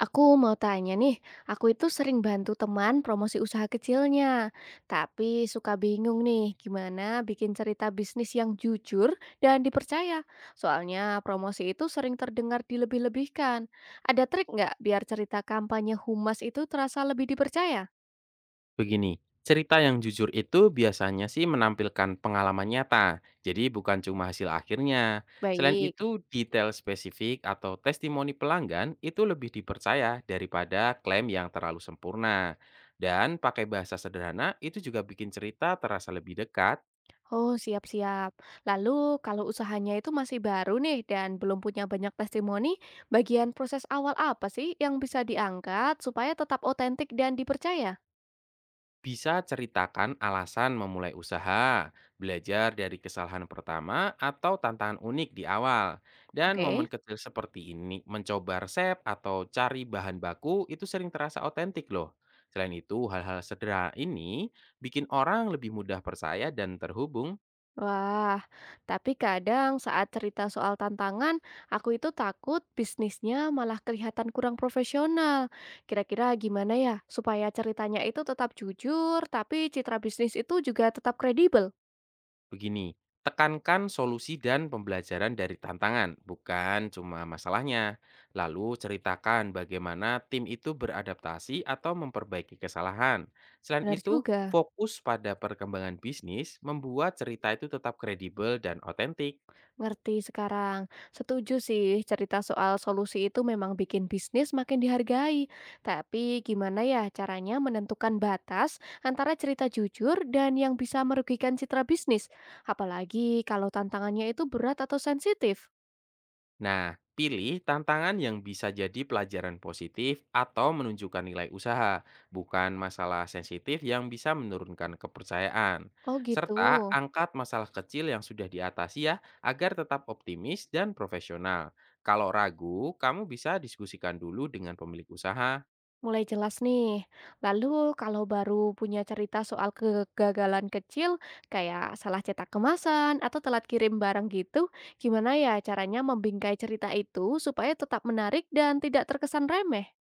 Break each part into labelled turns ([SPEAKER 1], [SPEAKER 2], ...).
[SPEAKER 1] Aku mau tanya nih, aku itu sering bantu teman promosi usaha kecilnya, tapi suka bingung nih gimana bikin cerita bisnis yang jujur dan dipercaya. Soalnya promosi itu sering terdengar dilebih-lebihkan. Ada trik nggak biar cerita kampanye humas itu terasa lebih dipercaya?
[SPEAKER 2] Begini, cerita yang jujur itu biasanya sih menampilkan pengalaman nyata, jadi bukan cuma hasil akhirnya. Selain
[SPEAKER 1] Baik.
[SPEAKER 2] itu, detail spesifik atau testimoni pelanggan itu lebih dipercaya daripada klaim yang terlalu sempurna. Dan pakai bahasa sederhana itu juga bikin cerita terasa lebih dekat.
[SPEAKER 1] Oh, siap-siap. Lalu, kalau usahanya itu masih baru nih dan belum punya banyak testimoni, bagian proses awal apa sih yang bisa diangkat supaya tetap otentik dan dipercaya?
[SPEAKER 2] Bisa ceritakan alasan memulai usaha, belajar dari kesalahan pertama atau tantangan unik di awal. Dan momen
[SPEAKER 1] Oke.
[SPEAKER 2] kecil seperti ini, mencoba resep atau cari bahan baku itu sering terasa otentik loh. Selain itu, hal-hal sederhana ini bikin orang lebih mudah percaya dan terhubung.
[SPEAKER 1] Wah, tapi kadang saat cerita soal tantangan, aku itu takut bisnisnya malah kelihatan kurang profesional. Kira-kira gimana ya supaya ceritanya itu tetap jujur, tapi citra bisnis itu juga tetap kredibel?
[SPEAKER 2] Begini, tekankan solusi dan pembelajaran dari tantangan, bukan cuma masalahnya. Lalu ceritakan bagaimana tim itu beradaptasi atau memperbaiki kesalahan. Selain
[SPEAKER 1] Benar
[SPEAKER 2] itu,
[SPEAKER 1] juga.
[SPEAKER 2] fokus pada perkembangan bisnis membuat cerita itu tetap kredibel dan otentik.
[SPEAKER 1] Ngerti sekarang. Setuju sih, cerita soal solusi itu memang bikin bisnis makin dihargai. Tapi gimana ya caranya menentukan batas antara cerita jujur dan yang bisa merugikan citra bisnis? Apalagi kalau tantangannya itu berat atau sensitif.
[SPEAKER 2] Nah, pilih tantangan yang bisa jadi pelajaran positif atau menunjukkan nilai usaha, bukan masalah sensitif yang bisa menurunkan kepercayaan.
[SPEAKER 1] Oh gitu.
[SPEAKER 2] Serta angkat masalah kecil yang sudah diatasi ya, agar tetap optimis dan profesional. Kalau ragu, kamu bisa diskusikan dulu dengan pemilik usaha.
[SPEAKER 1] Mulai jelas nih. Lalu kalau baru punya cerita soal kegagalan kecil, kayak salah cetak kemasan atau telat kirim barang gitu, gimana ya caranya membingkai cerita itu supaya tetap menarik dan tidak terkesan remeh?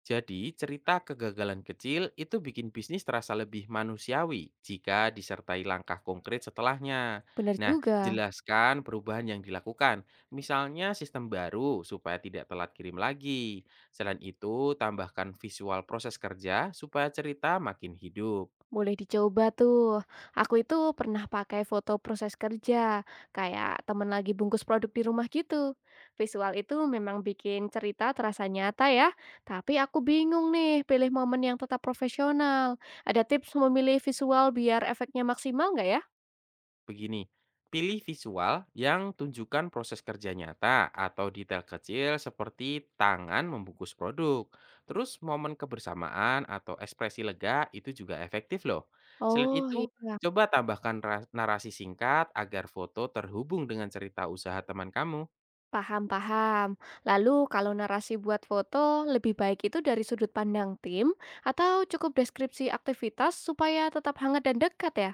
[SPEAKER 2] Jadi, cerita kegagalan kecil itu bikin bisnis terasa lebih manusiawi jika disertai langkah konkret setelahnya.
[SPEAKER 1] Bener
[SPEAKER 2] Nah,
[SPEAKER 1] juga.
[SPEAKER 2] jelaskan perubahan yang dilakukan, misalnya sistem baru supaya tidak telat kirim lagi. Selain itu, tambahkan visual proses kerja supaya cerita makin hidup.
[SPEAKER 1] Boleh dicoba tuh. Aku itu pernah pakai foto proses kerja, kayak temen lagi bungkus produk di rumah gitu. Visual itu memang bikin cerita terasa nyata ya, tapi aku bingung nih pilih momen yang tetap profesional. Ada tips memilih visual biar efeknya maksimal nggak ya?
[SPEAKER 2] Begini, pilih visual yang tunjukkan proses kerja nyata atau detail kecil seperti tangan membungkus produk. Terus momen kebersamaan atau ekspresi lega itu juga efektif loh. Selain
[SPEAKER 1] Oh
[SPEAKER 2] itu,
[SPEAKER 1] iya,
[SPEAKER 2] coba tambahkan narasi singkat agar foto terhubung dengan cerita usaha teman kamu.
[SPEAKER 1] paham-paham. Lalu kalau narasi buat foto, lebih baik itu dari sudut pandang tim atau cukup deskripsi aktivitas supaya tetap hangat dan dekat ya?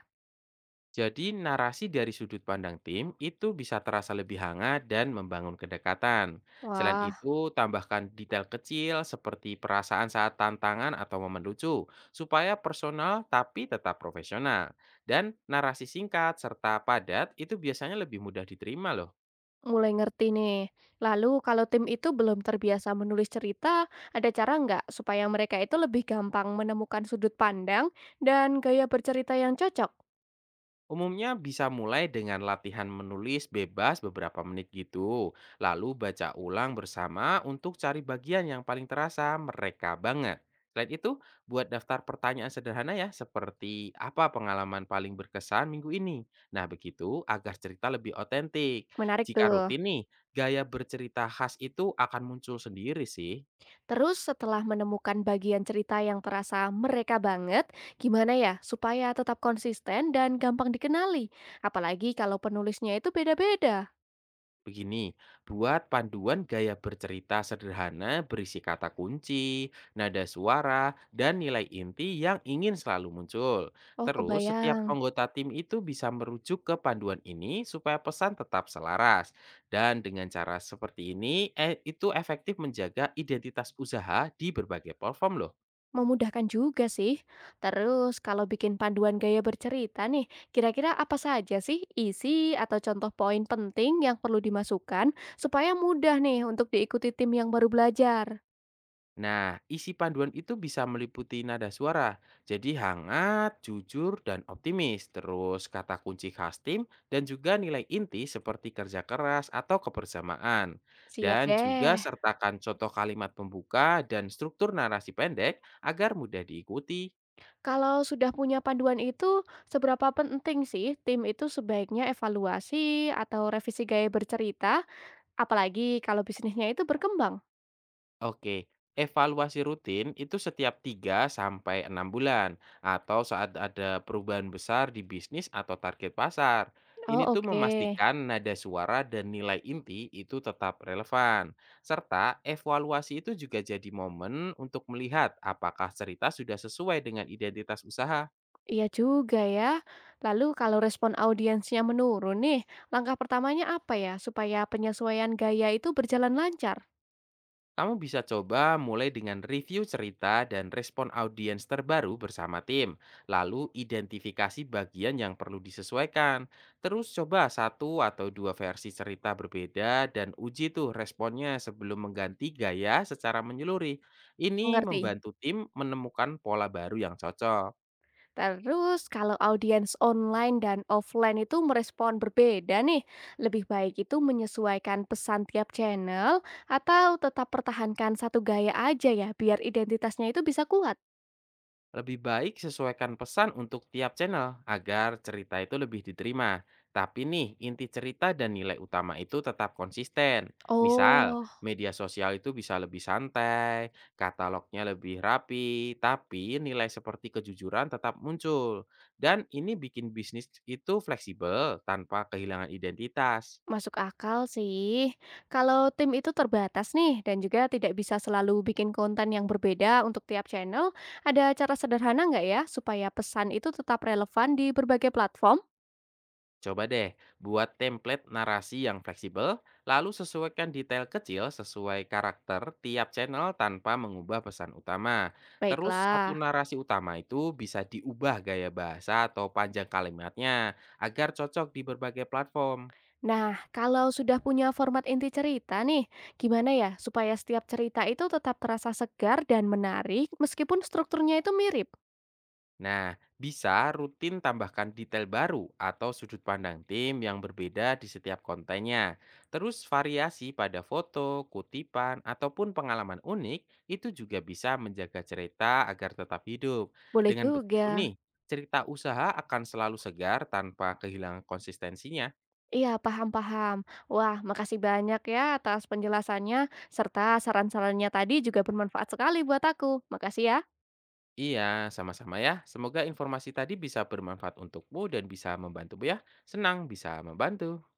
[SPEAKER 2] Jadi narasi dari sudut pandang tim itu bisa terasa lebih hangat dan membangun kedekatan. Selain
[SPEAKER 1] Wah.
[SPEAKER 2] itu, tambahkan detail kecil seperti perasaan saat tantangan atau momen lucu, supaya personal tapi tetap profesional. Dan narasi singkat serta padat itu biasanya lebih mudah diterima loh.
[SPEAKER 1] Mulai ngerti nih. Lalu kalau tim itu belum terbiasa menulis cerita, ada cara nggak supaya mereka itu lebih gampang menemukan sudut pandang dan gaya bercerita yang cocok?
[SPEAKER 2] Umumnya bisa mulai dengan latihan menulis bebas beberapa menit gitu, lalu baca ulang bersama untuk cari bagian yang paling terasa mereka banget. Selain itu, buat daftar pertanyaan sederhana ya, seperti apa pengalaman paling berkesan minggu ini. Nah, begitu agar cerita lebih otentik.
[SPEAKER 1] Menarik
[SPEAKER 2] Jika
[SPEAKER 1] tuh.
[SPEAKER 2] rutin nih, gaya bercerita khas itu akan muncul sendiri sih.
[SPEAKER 1] Terus setelah menemukan bagian cerita yang terasa mereka banget, gimana ya supaya tetap konsisten dan gampang dikenali? Apalagi kalau penulisnya itu beda-beda.
[SPEAKER 2] Begini, buat panduan gaya bercerita sederhana berisi kata kunci, nada suara, dan nilai inti yang ingin selalu muncul.
[SPEAKER 1] Oh,
[SPEAKER 2] Terus, setiap
[SPEAKER 1] kebayang.
[SPEAKER 2] anggota tim itu bisa merujuk ke panduan ini supaya pesan tetap selaras. Dan dengan cara seperti ini, itu efektif menjaga identitas usaha di berbagai platform loh.
[SPEAKER 1] Memudahkan juga sih. Terus kalau bikin panduan gaya bercerita nih, kira-kira apa saja sih isi atau contoh poin penting yang perlu dimasukkan supaya mudah nih untuk diikuti tim yang baru belajar?
[SPEAKER 2] Nah, isi panduan itu bisa meliputi nada suara, jadi hangat, jujur, dan optimis. Terus kata kunci khas tim dan juga nilai inti seperti kerja keras atau kebersamaan.
[SPEAKER 1] Siap
[SPEAKER 2] Dan juga
[SPEAKER 1] deh.
[SPEAKER 2] sertakan contoh kalimat pembuka dan struktur narasi pendek agar mudah diikuti.
[SPEAKER 1] Kalau sudah punya panduan itu, seberapa penting sih tim itu sebaiknya evaluasi atau revisi gaya bercerita, apalagi kalau bisnisnya itu berkembang?
[SPEAKER 2] Oke, evaluasi rutin itu setiap 3 sampai 6 bulan atau saat ada perubahan besar di bisnis atau target pasar. Ini
[SPEAKER 1] Oh,
[SPEAKER 2] tuh
[SPEAKER 1] oke.
[SPEAKER 2] memastikan nada suara dan nilai inti itu tetap relevan. Serta evaluasi itu juga jadi momen untuk melihat apakah cerita sudah sesuai dengan identitas usaha.
[SPEAKER 1] Iya juga ya. Lalu kalau respon audiensnya menurun nih, langkah pertamanya apa ya supaya penyesuaian gaya itu berjalan lancar?
[SPEAKER 2] Kamu bisa coba mulai dengan review cerita dan respon audiens terbaru bersama tim, lalu identifikasi bagian yang perlu disesuaikan. Terus coba satu atau dua versi cerita berbeda dan uji tuh responnya sebelum mengganti gaya secara menyeluruh. Ini
[SPEAKER 1] Mengerti?
[SPEAKER 2] membantu tim menemukan pola baru yang cocok.
[SPEAKER 1] Terus kalau audiens online dan offline itu merespon berbeda nih, lebih baik itu menyesuaikan pesan tiap channel atau tetap pertahankan satu gaya aja ya biar identitasnya itu bisa kuat.
[SPEAKER 2] Lebih baik sesuaikan pesan untuk tiap channel agar cerita itu lebih diterima. Tapi nih, inti cerita dan nilai utama itu tetap konsisten. Misal,
[SPEAKER 1] Oh.
[SPEAKER 2] media sosial itu bisa lebih santai, katalognya lebih rapi, tapi nilai seperti kejujuran tetap muncul. Dan ini bikin bisnis itu fleksibel tanpa kehilangan identitas.
[SPEAKER 1] Masuk akal sih. Kalau tim itu terbatas nih dan juga tidak bisa selalu bikin konten yang berbeda untuk tiap channel, ada cara sederhana nggak ya supaya pesan itu tetap relevan di berbagai platform?
[SPEAKER 2] Coba deh buat template narasi yang fleksibel, lalu sesuaikan detail kecil sesuai karakter tiap channel tanpa mengubah pesan utama. Terus satu
[SPEAKER 1] Baiklah.
[SPEAKER 2] narasi utama itu bisa diubah gaya bahasa atau panjang kalimatnya agar cocok di berbagai platform.
[SPEAKER 1] Nah, kalau sudah punya format inti cerita nih, gimana ya supaya setiap cerita itu tetap terasa segar dan menarik meskipun strukturnya itu mirip?
[SPEAKER 2] Nah, bisa rutin tambahkan detail baru atau sudut pandang tim yang berbeda di setiap kontennya. Terus variasi pada foto, kutipan, ataupun pengalaman unik itu juga bisa menjaga cerita agar tetap hidup.
[SPEAKER 1] Boleh
[SPEAKER 2] Dengan
[SPEAKER 1] juga.
[SPEAKER 2] begitu nih, cerita usaha akan selalu segar tanpa kehilangan konsistensinya.
[SPEAKER 1] Iya, paham paham. Wah, makasih banyak ya atas penjelasannya serta saran-sarannya tadi juga bermanfaat sekali buat aku. Makasih ya.
[SPEAKER 2] Iya, sama-sama ya. Semoga informasi tadi bisa bermanfaat untukmu dan bisa membantu ya. Senang bisa membantu.